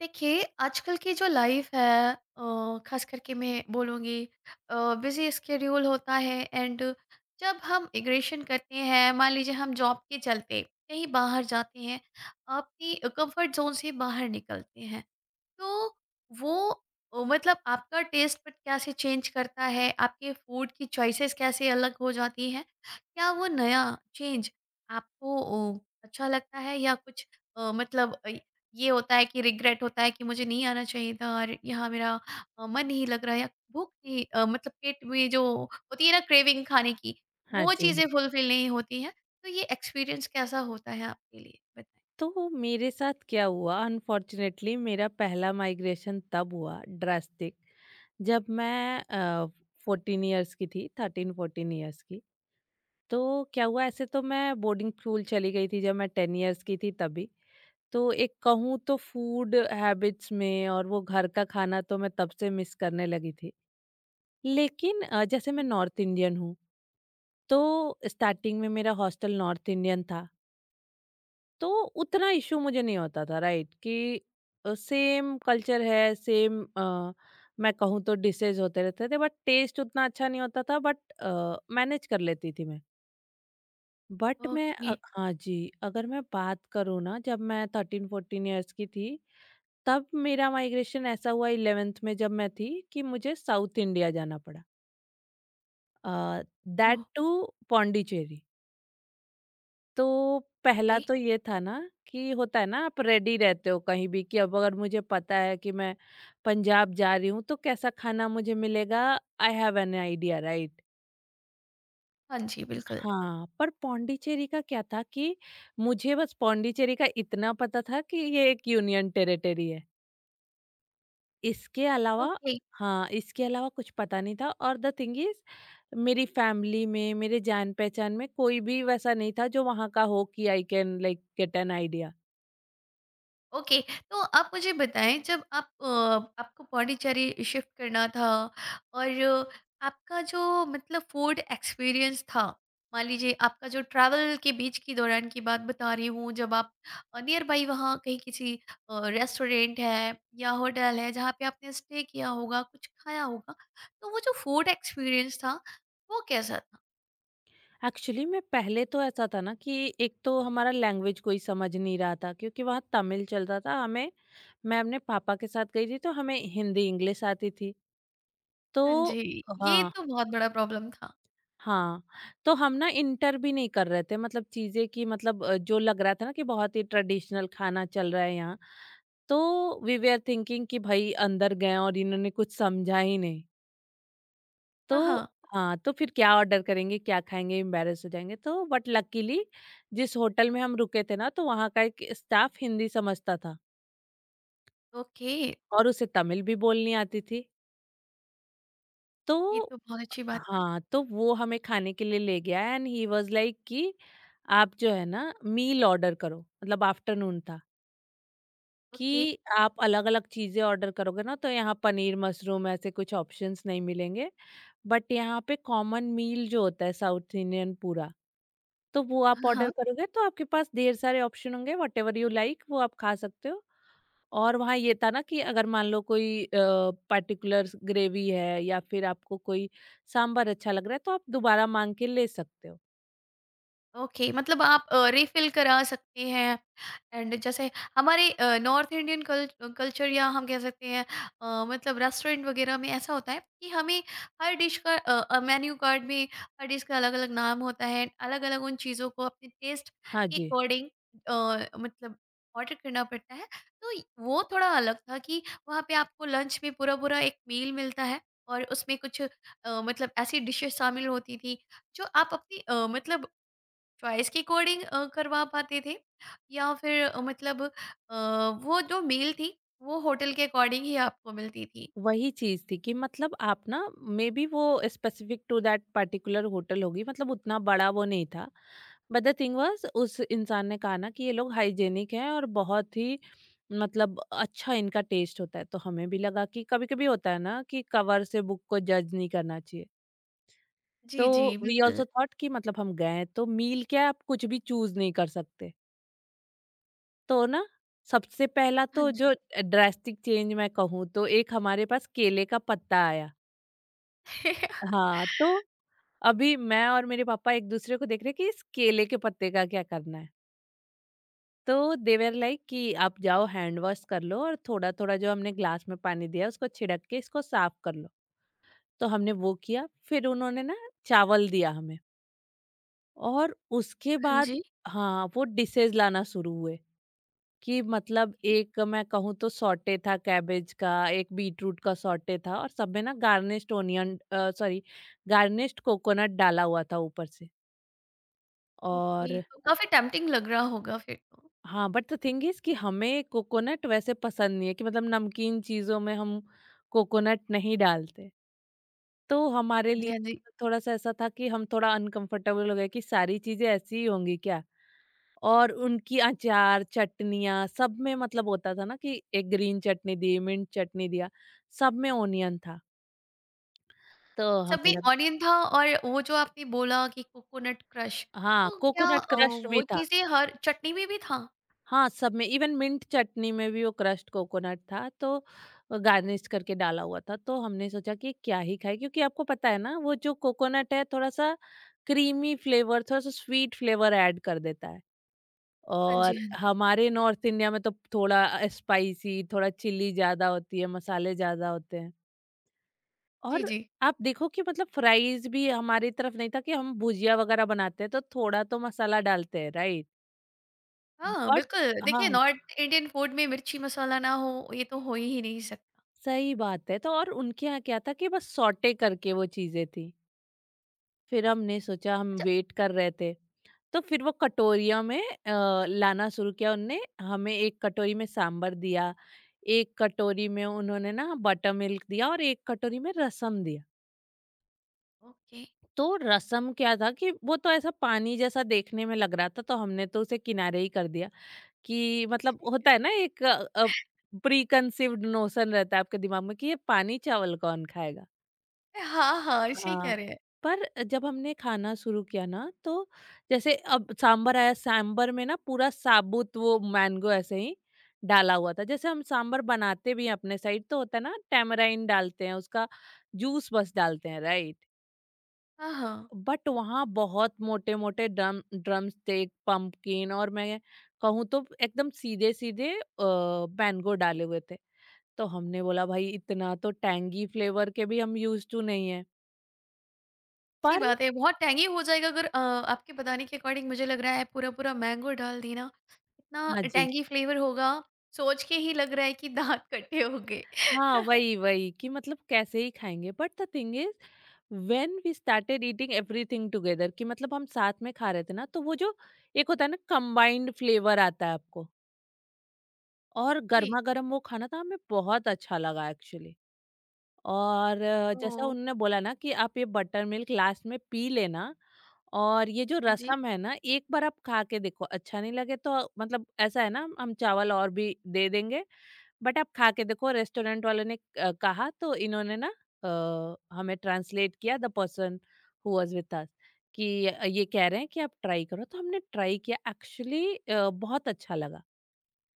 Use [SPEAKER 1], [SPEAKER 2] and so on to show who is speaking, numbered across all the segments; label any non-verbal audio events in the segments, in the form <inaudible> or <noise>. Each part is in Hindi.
[SPEAKER 1] देखिए आजकल की जो लाइफ है, खास करके मैं बोलूँगी बिजी स्केड्यूल होता है एंड जब हम इग्रेशन करते हैं, मान लीजिए हम जॉब के चलते कहीं बाहर जाते हैं, अपनी कंफर्ट जोन से बाहर निकलते हैं, तो वो मतलब आपका टेस्ट बट कैसे चेंज करता है? आपके फूड की चॉइसेस कैसे अलग हो जाती हैं? क्या वो नया चेंज आपको अच्छा लगता है या कुछ अ, मतलब अ, ये होता है कि रिग्रेट होता है कि मुझे नहीं आना चाहिए था और यहाँ मेरा मन नहीं लग रहा है या भूख नहीं, मतलब पेट में जो होती है ना क्रेविंग खाने की,
[SPEAKER 2] हाँ
[SPEAKER 1] वो
[SPEAKER 2] जी हाँ।
[SPEAKER 1] चीज़ें फुलफिल नहीं होती हैं। तो ये एक्सपीरियंस कैसा होता है आपके लिए? बताएँ।
[SPEAKER 2] तो मेरे साथ क्या हुआ अनफॉर्चुनेटली मेरा पहला माइग्रेशन तब हुआ ड्रास्टिक जब मैं 14 इयर्स की थी 13 14 इयर्स की। तो क्या हुआ ऐसे तो मैं बोर्डिंग स्कूल चली गई थी जब मैं 10 इयर्स की थी तभी। तो एक कहूँ तो फूड हैबिट्स में और वो घर का खाना तो मैं तब से मिस करने लगी थी, लेकिन जैसे मैं नॉर्थ इंडियन हूँ। तो स्टार्टिंग में मेरा हॉस्टल नॉर्थ इंडियन था तो उतना इशू मुझे नहीं होता था, राइट? कि सेम कल्चर है, सेम मैं कहूँ तो डिशेज होते रहते थे, बट टेस्ट उतना अच्छा नहीं होता था, बट मैनेज कर लेती थी मैं। बट मैं
[SPEAKER 1] ओके।
[SPEAKER 2] हाँ जी। अगर मैं बात करूँ ना जब मैं 13 14 ईयर्स की थी, तब मेरा माइग्रेशन ऐसा हुआ 11th में जब मैं थी कि मुझे साउथ इंडिया जाना पड़ा, दैट
[SPEAKER 1] ओके।
[SPEAKER 2] टू पौंडीचेरी। तो पहला तो ये था ना कि होता है ना आप रेडी रहते हो कहीं भी कि अब अगर मुझे पता है कि मैं पंजाब जा रही हूँ तो कैसा खाना मुझे मिलेगा, I have an idea right.
[SPEAKER 1] हाँ जी, बिल्कुल।
[SPEAKER 2] हाँ, पर पौंडीचेरी का क्या था कि मुझे बस पौंडीचेरी का इतना पता था कि ये एक यूनियन टेरिटरी है, इसके अलावा
[SPEAKER 1] ओके।
[SPEAKER 2] हाँ इसके अलावा कुछ पता नहीं था। और द थिंग इज मेरी फैमिली में मेरे जान पहचान में कोई भी वैसा नहीं था जो वहाँ का हो कि I can like get an idea.
[SPEAKER 1] Okay. तो आप मुझे बताएँ जब आप आपको पौंडीचेरी शिफ्ट करना था और आपका जो मतलब फूड एक्सपीरियंस था, मान लीजिए आपका जो ट्रैवल के बीच की दौरान की बात बता रही हूँ, जब आप नियर बाय वहाँ कहीं किसी रेस्टोरेंट है या होटल है जहाँ पे आपने स्टे किया होगा, कुछ खाया होगा, तो वो जो फूड एक्सपीरियंस था, वो कैसा था?
[SPEAKER 2] एक्चुअली में पहले तो ऐसा था ना कि एक तो हमारा लैंग्वेज कोई समझ नहीं रहा था क्योंकि वहाँ तमिल चलता था, हमें मैं अपने पापा के साथ गई थी तो हमें हिंदी इंग्लिश आती थी तो
[SPEAKER 1] हाँ जी, ये
[SPEAKER 2] हाँ
[SPEAKER 1] तो बहुत बड़ा प्रॉब्लम था।
[SPEAKER 2] हाँ। तो हम ना इंटर भी नहीं कर रहे थे, मतलब चीज़ें कि मतलब जो लग रहा था ना कि बहुत ही ट्रेडिशनल खाना चल रहा है यहाँ। तो वी वे आर थिंकिंग कि भाई अंदर गए और इन्होंने कुछ समझा ही नहीं
[SPEAKER 1] हाँ,
[SPEAKER 2] तो
[SPEAKER 1] हाँ।
[SPEAKER 2] हाँ, तो फिर क्या ऑर्डर करेंगे, क्या खाएँगे, एम्बैरेस हो जाएँगे। तो बट लकीली जिस होटल में हम रुके थे ना, तो वहाँ का एक स्टाफ हिंदी समझता था
[SPEAKER 1] ओके।
[SPEAKER 2] और उसे तमिल भी बोलनी आती थी।
[SPEAKER 1] ये
[SPEAKER 2] तो
[SPEAKER 1] तो बहुत अच्छी बात की।
[SPEAKER 2] हाँ, तो वो हमें खाने के लिए ले गया एंड ही वाज़ लाइक कि आप जो है ना मील ऑर्डर करो, मतलब आफ्टरनून था।
[SPEAKER 1] ओके।
[SPEAKER 2] कि आप अलग-अलग चीज़ें ऑर्डर करोगे ना तो यहाँ पनीर मशरूम ऐसे कुछ ऑप्शंस नहीं मिलेंगे। बट यहाँ पे कॉमन मील जो होता है साउथ इंडियन पूरा, तो वो
[SPEAKER 1] हाँ,
[SPEAKER 2] आप
[SPEAKER 1] हाँ।
[SPEAKER 2] ऑर्डर करोगे तो आपके पास ढेर सारे ऑप्शन होंगे, व्हाटएवर यू लाइक वो आप खा सकते हो। और वहाँ ये था ना कि अगर मान लो कोई पार्टिकुलर ग्रेवी है या फिर आपको कोई सांभर अच्छा लग रहा है तो आप दोबारा माँग के ले सकते हो।
[SPEAKER 1] ओके, मतलब आप रिफिल करा सकते हैं एंड जैसे हमारे नॉर्थ इंडियन कल्चर, या हम कह सकते हैं मतलब रेस्टोरेंट वगैरह में ऐसा होता है कि हमें हर डिश का मेन्यू कार्ड में हर डिश का अलग अलग नाम होता है, अलग अलग उन चीज़ों को अपने टेस्ट
[SPEAKER 2] हाँ
[SPEAKER 1] के
[SPEAKER 2] जी।
[SPEAKER 1] अकॉर्डिंग मतलब ऑर्डर करना पड़ता है। तो वो थोड़ा अलग था कि वहाँ पे आपको लंच में पूरा पूरा एक मील मिलता है और उसमें कुछ मतलब ऐसी डिशेस शामिल होती थी जो आप अपनी मतलब चॉइस की कोडिंग करवा पाते थे, या फिर वो जो मील थी वो होटल के अकॉर्डिंग ही आपको मिलती थी।
[SPEAKER 2] वही चीज़ थी कि मतलब आप ना मे बी वो specific to that particular hotel होगी, मतलब उतना बड़ा वो नहीं था। बट द थिंग वाज उस इंसान ने कहा ना कि ये लोग हाइजेनिक हैं और बहुत ही मतलब अच्छा इनका टेस्ट होता है, तो हमें भी लगा कि कभी कभी होता है ना कि कवर से बुक को जज नहीं करना चाहिए। तो
[SPEAKER 1] जी, जी,
[SPEAKER 2] वी
[SPEAKER 1] बिल्कुल।
[SPEAKER 2] ऑल्सो थॉट कि मतलब हम गए हैं, तो मील क्या आप कुछ भी चूज नहीं कर सकते। तो ना सबसे पहला
[SPEAKER 1] हाँ
[SPEAKER 2] तो जो
[SPEAKER 1] जी।
[SPEAKER 2] ड्रेस्टिक चेंज मैं कहूँ तो एक हमारे पास केले का पत्ता आया।
[SPEAKER 1] <laughs>
[SPEAKER 2] हाँ, तो अभी मैं और मेरे पापा एक-दूसरे को देख रहे कि इस केले के पत्ते का क्या करना है? तो दे वर लाइक कि आप जाओ हैंड वॉश कर लो और थोड़ा-थोड़ा जो हमने ग्लास में पानी दिया उसको छिड़क के इसको साफ कर लो। तो हमने वो किया, फिर उन्होंने ना चावल दिया हमें और उसके
[SPEAKER 1] हाँ
[SPEAKER 2] बाद
[SPEAKER 1] जी।
[SPEAKER 2] हाँ, वो डिशेज़ लाना शुरू हुए कि मतलब एक मैं कहूँ तो सॉटे था कैबेज का, एक बीटरूट का सॉटे था और सब में ना garnished onion sorry garnished coconut डाला हुआ था ऊपर से।
[SPEAKER 1] ओके।
[SPEAKER 2] और
[SPEAKER 1] तो काफ़ी टेम्प्टिंग लग रहा होगा फिर तो।
[SPEAKER 2] हाँ, बट द थिंग इज कि हमें कोकोनट वैसे पसंद नहीं है कि मतलब नमकीन चीज़ों में हम कोकोनट नहीं डालते। तो हमारे
[SPEAKER 1] हाँ जी,
[SPEAKER 2] लिए
[SPEAKER 1] हाँ जी।
[SPEAKER 2] थोड़ा-सा ऐसा था कि हम थोड़ा अनकंफर्टेबल हो गए कि सारी चीज़ें ऐसी ही होंगी क्या? और उनकी अचार, चटनियाँ सब में मतलब होता था ना कि एक ग्रीन चटनी दी, मिंट चटनी दिया, सब में ओनियन था। तो
[SPEAKER 1] सब
[SPEAKER 2] हमें
[SPEAKER 1] में
[SPEAKER 2] लग
[SPEAKER 1] ऑनियन था, और वो जो आपने बोला कि कोकोनट क्रश,
[SPEAKER 2] हाँ,
[SPEAKER 1] तो क्या
[SPEAKER 2] कोकोनट क्रश
[SPEAKER 1] वो
[SPEAKER 2] भी था।
[SPEAKER 1] चीज़ें हर चटनी में भी था?
[SPEAKER 2] हाँ, सब में इवन मिंट चटनी में भी वो क्रश्ड कोकोनट था तो गार्निश करके डाला हुआ था। तो हमने सोचा कि क्या ही खाएँ क्योंकि आपको पता है ना वो जो कोकोनट है थोड़ा-सा क्रीमी फ्लेवर थोड़ा-सा स्वीट फ्लेवर ऐड कर देता है।
[SPEAKER 1] हाँ जी,
[SPEAKER 2] और
[SPEAKER 1] हाँ जी।
[SPEAKER 2] हमारे नॉर्थ इंडिया में तो थोड़ा स्पाइसी थोड़ा चिली ज़्यादा होती है, मसाले ज़्यादा होते हैं।
[SPEAKER 1] जी,
[SPEAKER 2] और
[SPEAKER 1] जी।
[SPEAKER 2] आप देखो कि मतलब फ्राइज़ भी हमारी तरफ नहीं था कि हम भुजिया वगैरह बनाते हैं तो थोड़ा तो मसाला डालते हैं, राइट?
[SPEAKER 1] हाँ,
[SPEAKER 2] बट
[SPEAKER 1] बिल्कुल। देखिए
[SPEAKER 2] हाँ।
[SPEAKER 1] नॉर्थ इंडियन फूड में मिर्ची मसाला ना हो ये तो हो ही नहीं सकता।
[SPEAKER 2] सही बात है, तो और उनके यहाँ क्या था कि बस सॉटे करके वो चीजें थी। फिर हमने सोचा हम
[SPEAKER 1] अच्छा।
[SPEAKER 2] वेट कर रहे थे, तो फिर वो कटोरियों में लाना शुरू किया उनने हमें। एक कटोरी में सांबर दिया, एक कटोरी में उन्होंने ना बटर मिल्क दिया और एक कटोरी में रसम दिया।
[SPEAKER 1] ओके।
[SPEAKER 2] तो रसम क्या था कि वो तो ऐसा पानी जैसा देखने में लग रहा था, तो हमने तो उसे किनारे ही कर दिया कि मतलब होता है ना एक प्री कंसीव्ड नोशन रहता है आपके दिमाग में कि ये पानी चावल कौन खाएगा।
[SPEAKER 1] हाँ, हाँ, सही
[SPEAKER 2] हाँ,
[SPEAKER 1] कह रहे हैं।
[SPEAKER 2] पर जब हमने खाना शुरू किया ना तो जैसे अब सांभर आया, सांभर में ना पूरा साबुत वो मैंगो ऐसे ही डाला हुआ था। जैसे हम सांभर बनाते भी हैं अपने साइड तो होता है ना टैमराइन डालते हैं, उसका जूस बस डालते हैं, राइट?
[SPEAKER 1] हाँ, हाँ,
[SPEAKER 2] बट वहाँ बहुत मोटे-मोटे ड्रम ड्रमस्टिक, पम्पकिन और मैं कहूँ तो एकदम सीधे-सीधे मैंगो डाले हुए थे। तो हमने बोला भाई इतना तो टैंगी फ्लेवर के भी हम यूज़ टू नहीं है।
[SPEAKER 1] सही
[SPEAKER 2] पर
[SPEAKER 1] बात है। बहुत टैंगी हो जाएगा, अगर आपके बताने के अकॉर्डिंग मुझे लग रहा है पूरा-पूरा मैंगो डाल देना, इतना
[SPEAKER 2] हाँ जी।
[SPEAKER 1] टैंगी फ्लेवर होगा, सोच के ही लग रहा है कि दाँत खट्टे हो गए। <laughs>
[SPEAKER 2] हाँ, वही, वही कि मतलब कैसे ही खाएँगे, but the thing is when we started eating everything together कि मतलब हम साथ में खा रहे थे ना, तो वो जो एक होता है ना कंबाइंड फ्लेवर आता है आपको और
[SPEAKER 1] जी।
[SPEAKER 2] गरमा-गरम वो खाना था, हमें बहुत अच्छा लगा एक्चुअली। और
[SPEAKER 1] ओह!
[SPEAKER 2] जैसा उन्होंने बोला ना कि आप ये बटर मिल्क लास्ट में पी लेना और ये जो
[SPEAKER 1] जी।
[SPEAKER 2] रसम है ना एक बार आप खा के देखो, अच्छा नहीं लगे तो मतलब ऐसा है ना हम चावल और भी दे देंगे, बट आप खा के देखो रेस्टोरेंट वालों ने कहा। तो इन्होंने ना हमें ट्रांसलेट किया the person who was with us कि ये कह रहे हैं कि आप ट्राई करो। तो हमने ट्राई किया एक्चुअली बहुत अच्छा लगा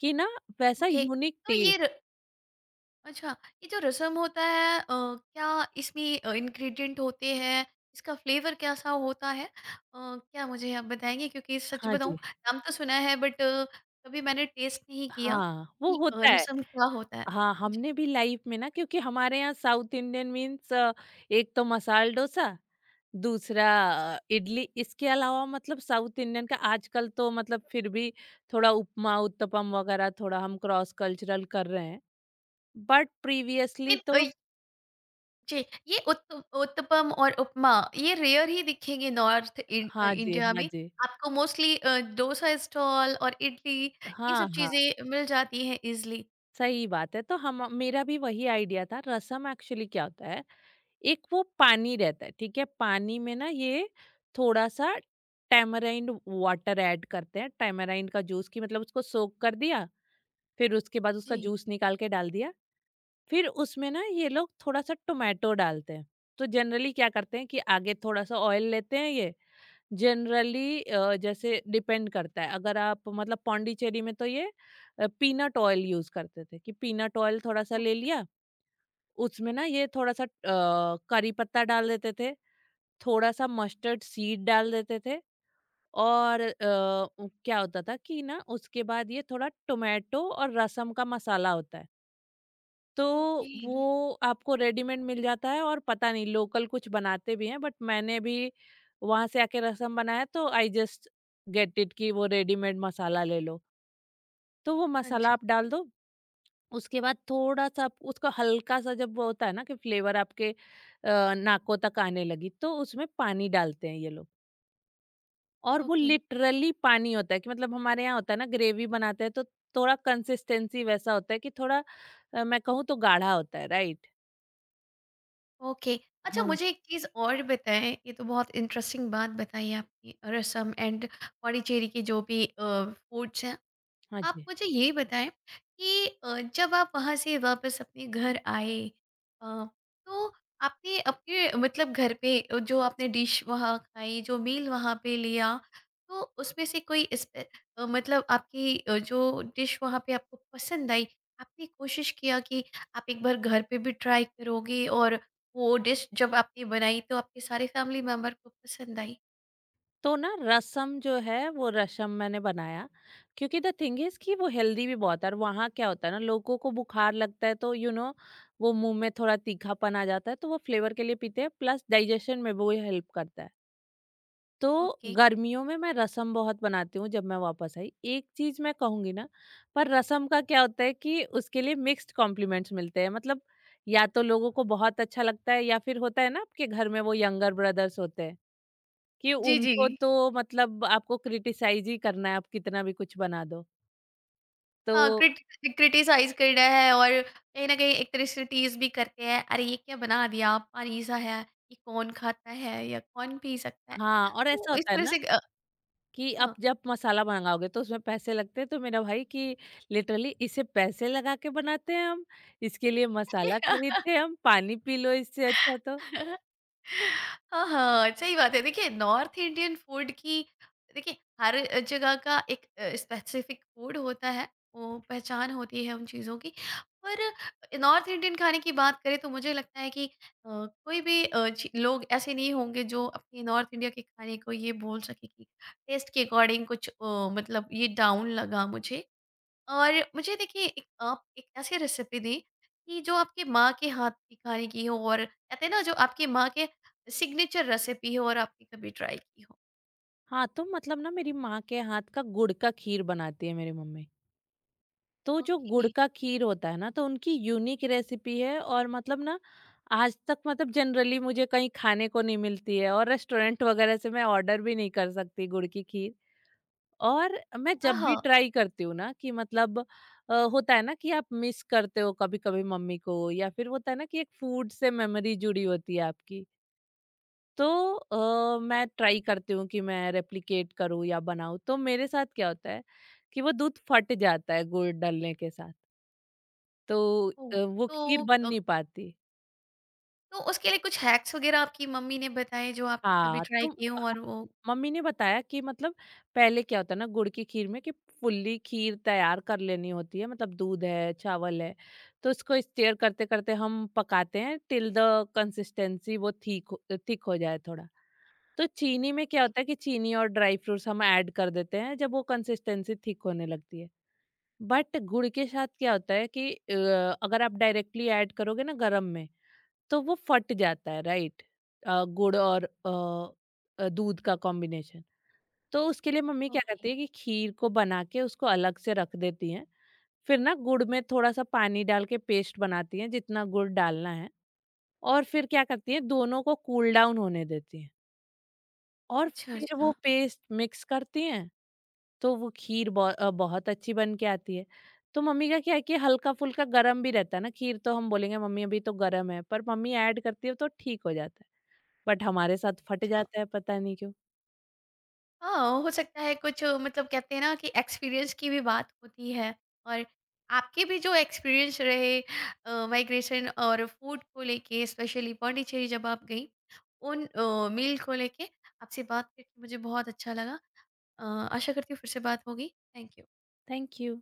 [SPEAKER 2] कि ना वैसा
[SPEAKER 1] ओके।
[SPEAKER 2] यूनिक
[SPEAKER 1] तो ये
[SPEAKER 2] टेस्ट।
[SPEAKER 1] र अच्छा, ये जो रसम होता है, क्या इसमें इंग्रेडिएंट होते हैं? इसका फ्लेवर कैसा होता है? क्या मुझे आप बताएँगे? क्योंकि सच
[SPEAKER 2] हाँ
[SPEAKER 1] बताऊँ
[SPEAKER 2] जी
[SPEAKER 1] नाम तो सुना है बट कभी मैंने टेस्ट नहीं किया
[SPEAKER 2] हाँ
[SPEAKER 1] कि
[SPEAKER 2] वो होता है।
[SPEAKER 1] रसम क्या होता है?
[SPEAKER 2] हाँ
[SPEAKER 1] जी।
[SPEAKER 2] हमने भी लाइफ में ना क्योंकि हमारे यहाँ साउथ इंडियन मीन्स एक तो मसाल डोसा, दूसरा इडली, इसके अलावा मतलब साउथ इंडियन का आजकल तो मतलब फिर भी थोड़ा उपमा उत्तपम वगैरह थोड़ा हम क्रॉस कल्चरल कर रहे हैं, बट प्रीवियसली
[SPEAKER 1] लेकिन
[SPEAKER 2] तो
[SPEAKER 1] जी, ये उत्तपम और उपमा ये रेयर ही दिखेंगे नॉर्थ इन
[SPEAKER 2] हाँ जी
[SPEAKER 1] इंडिया
[SPEAKER 2] हाँ
[SPEAKER 1] में।
[SPEAKER 2] जी
[SPEAKER 1] आपको मोस्टली डोसा स्टॉल और इडली ये
[SPEAKER 2] हाँ
[SPEAKER 1] सब
[SPEAKER 2] हाँ।
[SPEAKER 1] चीज़ें मिल जाती हैं ईज़िली।
[SPEAKER 2] सही बात है, तो हम मेरा भी वही आइडिया था रसम एक्चुअली क्या होता है। एक वो पानी रहता है, ठीक है पानी में ना ये थोड़ा सा टैमराइंड वाटर ऐड करते हैं, टैमराइंड का जूस की मतलब उसको सोक कर दिया, फिर उसके बाद उसका
[SPEAKER 1] जी।
[SPEAKER 2] जूस निकाल के डाल दिया। फिर उसमें ना ये लोग थोड़ा सा टोमेटो डालते हैं। तो जनरली क्या करते हैं कि आगे थोड़ा सा ऑयल लेते हैं, ये जनरली जैसे डिपेंड करता है, अगर आप मतलब पौंडीचेरी में तो ये पीनट ऑयल यूज करते थे, कि पीनट ऑयल थोड़ा सा
[SPEAKER 1] ओ
[SPEAKER 2] ले लिया, उसमें ना ये थोड़ा सा करी पत्ता डाल देते थे, थोड़ा सा मस्टर्ड सीड डाल देते थे, और अ, उ क्या होता था कि ना उसके बाद ये थोड़ा टोमेटो और रसम का मसाला होता है। तो
[SPEAKER 1] ओके।
[SPEAKER 2] वो आपको रेडीमेड मिल जाता है, और पता नहीं लोकल कुछ बनाते भी हैं, बट मैंने भी वहाँ से आके रसम बनाया तो आई जस्ट गेट इट कि वो रेडीमेड मसाला ले लो। तो वो
[SPEAKER 1] हाँ
[SPEAKER 2] मसाला
[SPEAKER 1] जी,
[SPEAKER 2] आप डाल दो, उसके बाद थोड़ा-सा आप उसका हल्का सा, जब वो होता है ना कि फ्लेवर आपके नाकों तक आने लगी तो उसमें पानी डालते हैं ये लोग। और वो
[SPEAKER 1] ओके।
[SPEAKER 2] लिटरली पानी होता है कि मतलब हमारे यहाँ होता है ना ग्रेवी बनाते हैं तो थोड़ा कंसिस्टेंसी वैसा होता है कि थोड़ा मैं कहूँ तो गाढ़ा होता है, राइट।
[SPEAKER 1] ओके। अच्छा मुझे
[SPEAKER 2] हाँ
[SPEAKER 1] एक चीज़ और बताएँ, ये तो बहुत इंटरेस्टिंग बात बताई आपने रसम एंड पौडीचेरी के जो भी फूड्स हैं,
[SPEAKER 2] हाँ
[SPEAKER 1] आप
[SPEAKER 2] जी।
[SPEAKER 1] मुझे ये बताएँ कि जब आप वहाँ से वापस अपने घर आए, अ, तो आपने अपने मतलब घर पे, जो आपने डिश वहाँ खाई, जो मील वहाँ पे लिया, तो उसमें से कोई मतलब आपकी जो डिश वहाँ पे आपको पसंद आई, आपने कोशिश किया कि आप एक बार घर पे भी ट्राई करोगे, और वो डिश जब आपने बनाई तो आपके सारे फैमिली मेंबर को पसंद आई?
[SPEAKER 2] तो ना रसम जो है वो रसम मैंने बनाया, क्योंकि द थिंग इज कि वो हेल्दी भी बहुत है, और वहाँ क्या होता है ना लोगों को बुखार लगता है, तो यू you नो know, वो मुंह में थोड़ा तीखापन आ जाता है, तो वो फ्लेवर के लिए पीते हैं प्लस डाइजेशन में भी वो हेल्प करता है। तो
[SPEAKER 1] ओके।
[SPEAKER 2] गर्मियों में मैं रसम बहुत बनाती हूँ जब मैं वापस आई। एक चीज़ मैं कहूँगी ना, पर रसम का क्या होता है कि उसके लिए मिक्स्ड कॉम्प्लीमेंट्स मिलते हैं। मतलब या तो लोगों को बहुत अच्छा लगता है, या फिर होता है ना आपके घर में वो यंगर ब्रदर्स होते हैं कि
[SPEAKER 1] जी, जी।
[SPEAKER 2] उनको तो मतलब आपको क्रिटिसाइज़ ही करना है, आप कितना भी कुछ बना दो।
[SPEAKER 1] हाँ,
[SPEAKER 2] तो
[SPEAKER 1] क्रिटिसाइज़ करना है और कहीं न कहीं एक तरह से टीज़ भी करते हैं, "अरे! ये क्या बना दिया? पानी सा है, ये कौन खाता है या कौन पी सकता है?"
[SPEAKER 2] हाँ, और
[SPEAKER 1] तो
[SPEAKER 2] ऐसा
[SPEAKER 1] इस
[SPEAKER 2] होता है
[SPEAKER 1] तरह
[SPEAKER 2] ना
[SPEAKER 1] से
[SPEAKER 2] कि आप
[SPEAKER 1] हाँ।
[SPEAKER 2] जब मसाला मंगाओगे तो उसमें पैसे लगते हैं, तो मेरा भाई कि लिटरली इसे पैसे लगा के बनाते हैं हम, इसके लिए मसाला खरीदते
[SPEAKER 1] <laughs>
[SPEAKER 2] हैं हम, पानी पी लो इससे अच्छा। तो
[SPEAKER 1] <laughs> हाँ, हाँ, सही बात है। देखिए नॉर्थ इंडियन फूड की, देखिए हर जगह का एक स्पेसिफिक फूड होता है, वो पहचान होती है उन चीज़ों की। पर नॉर्थ इंडियन खाने की बात करें तो मुझे लगता है कि कोई भी अ, ची लोग ऐसे नहीं होंगे जो अपने नॉर्थ इंडिया के खाने को ये बोल सके कि टेस्ट के अकॉर्डिंग कुछ मतलब ये डाउन लगा मुझे। और मुझे देखिए एक आप एक ऐसी रेसिपी दी कि जो आपकी माँ के हाथ की खाने की हो, और कहते हैं ना जो आपकी माँ के सिग्नेचर रेसिपी हो और आपने कभी ट्राई की हो।
[SPEAKER 2] हाँ, तो मतलब ना मेरी माँ के हाथ का गुड़ का खीर बनाती है मेरी मम्मी, तो जो गुड़
[SPEAKER 1] ओके।
[SPEAKER 2] का खीर होता है ना तो उनकी यूनिक रेसिपी है और मतलब ना आज तक मतलब जनरली मुझे कहीं खाने को नहीं मिलती है और रेस्टोरेंट वगैरह से मैं ऑर्डर भी नहीं कर सकती गुड़ की खीर। और मैं
[SPEAKER 1] हाँ
[SPEAKER 2] जब भी
[SPEAKER 1] हाँ।
[SPEAKER 2] ट्राई करती हूँ ना कि मतलब होता है ना कि आप मिस करते हो कभी कभी मम्मी को, या फिर होता है ना कि एक फूड से मेमोरी जुड़ी होती है आपकी। तो मैं ट्राई करती हूँ कि मैं रेप्लिकेट करूँ या बनाऊँ, तो मेरे साथ क्या होता है कि वो दूध फट जाता है गुड़ डालने के साथ। तो
[SPEAKER 1] ओ,
[SPEAKER 2] वो
[SPEAKER 1] तो
[SPEAKER 2] खीर बन नहीं पाती।
[SPEAKER 1] तो उसके लिए कुछ हैक्स वगैरह आपकी मम्मी ने बताए जो आपने कभी
[SPEAKER 2] हाँ,
[SPEAKER 1] ट्राई
[SPEAKER 2] तो
[SPEAKER 1] किए हो
[SPEAKER 2] हाँ,
[SPEAKER 1] और वो,
[SPEAKER 2] मम्मी ने बताया कि मतलब पहले क्या होता है ना गुड़ की खीर में कि फुल्ली खीर तैयार कर लेनी होती है, मतलब दूध है, चावल है, तो उसको स्टीयर करते-करते हम पकाते हैं टिल द कंसिस्टेंसी वो ठीक हो, थिक हो जाए थोड़ा। तो चीनी में क्या होता है कि चीनी और ड्राई फ्रूट्स हम ऐड कर देते हैं जब वो कंसिस्टेंसी थिक होने लगती है। बट गुड़ के साथ क्या होता है कि अगर आप डायरेक्टली ऐड करोगे ना गरम में, तो वो फट जाता है, राइट। गुड़ और दूध का कॉम्बिनेशन, तो उसके लिए मम्मी क्या
[SPEAKER 1] ओके।
[SPEAKER 2] करती है कि खीर को बना के उसको अलग से रख देती हैं, फिर ना गुड़ में थोड़ा सा पानी डाल के पेस्ट बनाती हैं जितना गुड़ डालना है, और फिर क्या करती हैं दोनों को कूल डाउन होने देती हैं, और
[SPEAKER 1] अच्छा
[SPEAKER 2] फिर
[SPEAKER 1] अच्छा।
[SPEAKER 2] वो पेस्ट मिक्स करती हैं। तो वो खीर बहुत अच्छी बन के आती है। तो मम्मी का क्या है कि हल्का फुल्का गरम भी रहता है ना खीर, तो हम बोलेंगे मम्मी अभी तो गरम है, पर मम्मी ऐड करती है तो ठीक हो जाता है, बट हमारे साथ फट
[SPEAKER 1] अच्छा
[SPEAKER 2] जाता है पता नहीं क्यों।
[SPEAKER 1] हाँ, हो सकता है कुछ मतलब कहते हैं ना कि एक्सपीरियंस की भी बात होती है, और आपके भी जो एक्सपीरियंस रहे माइग्रेशन और फूड को लेके, स्पेशली पौंडीचेरी जब आप गई उन मील को लेके, आपसे बात करके मुझे बहुत अच्छा लगा। अ, आशा करती हूँ फिर से बात होगी। Thank you.
[SPEAKER 2] Thank you.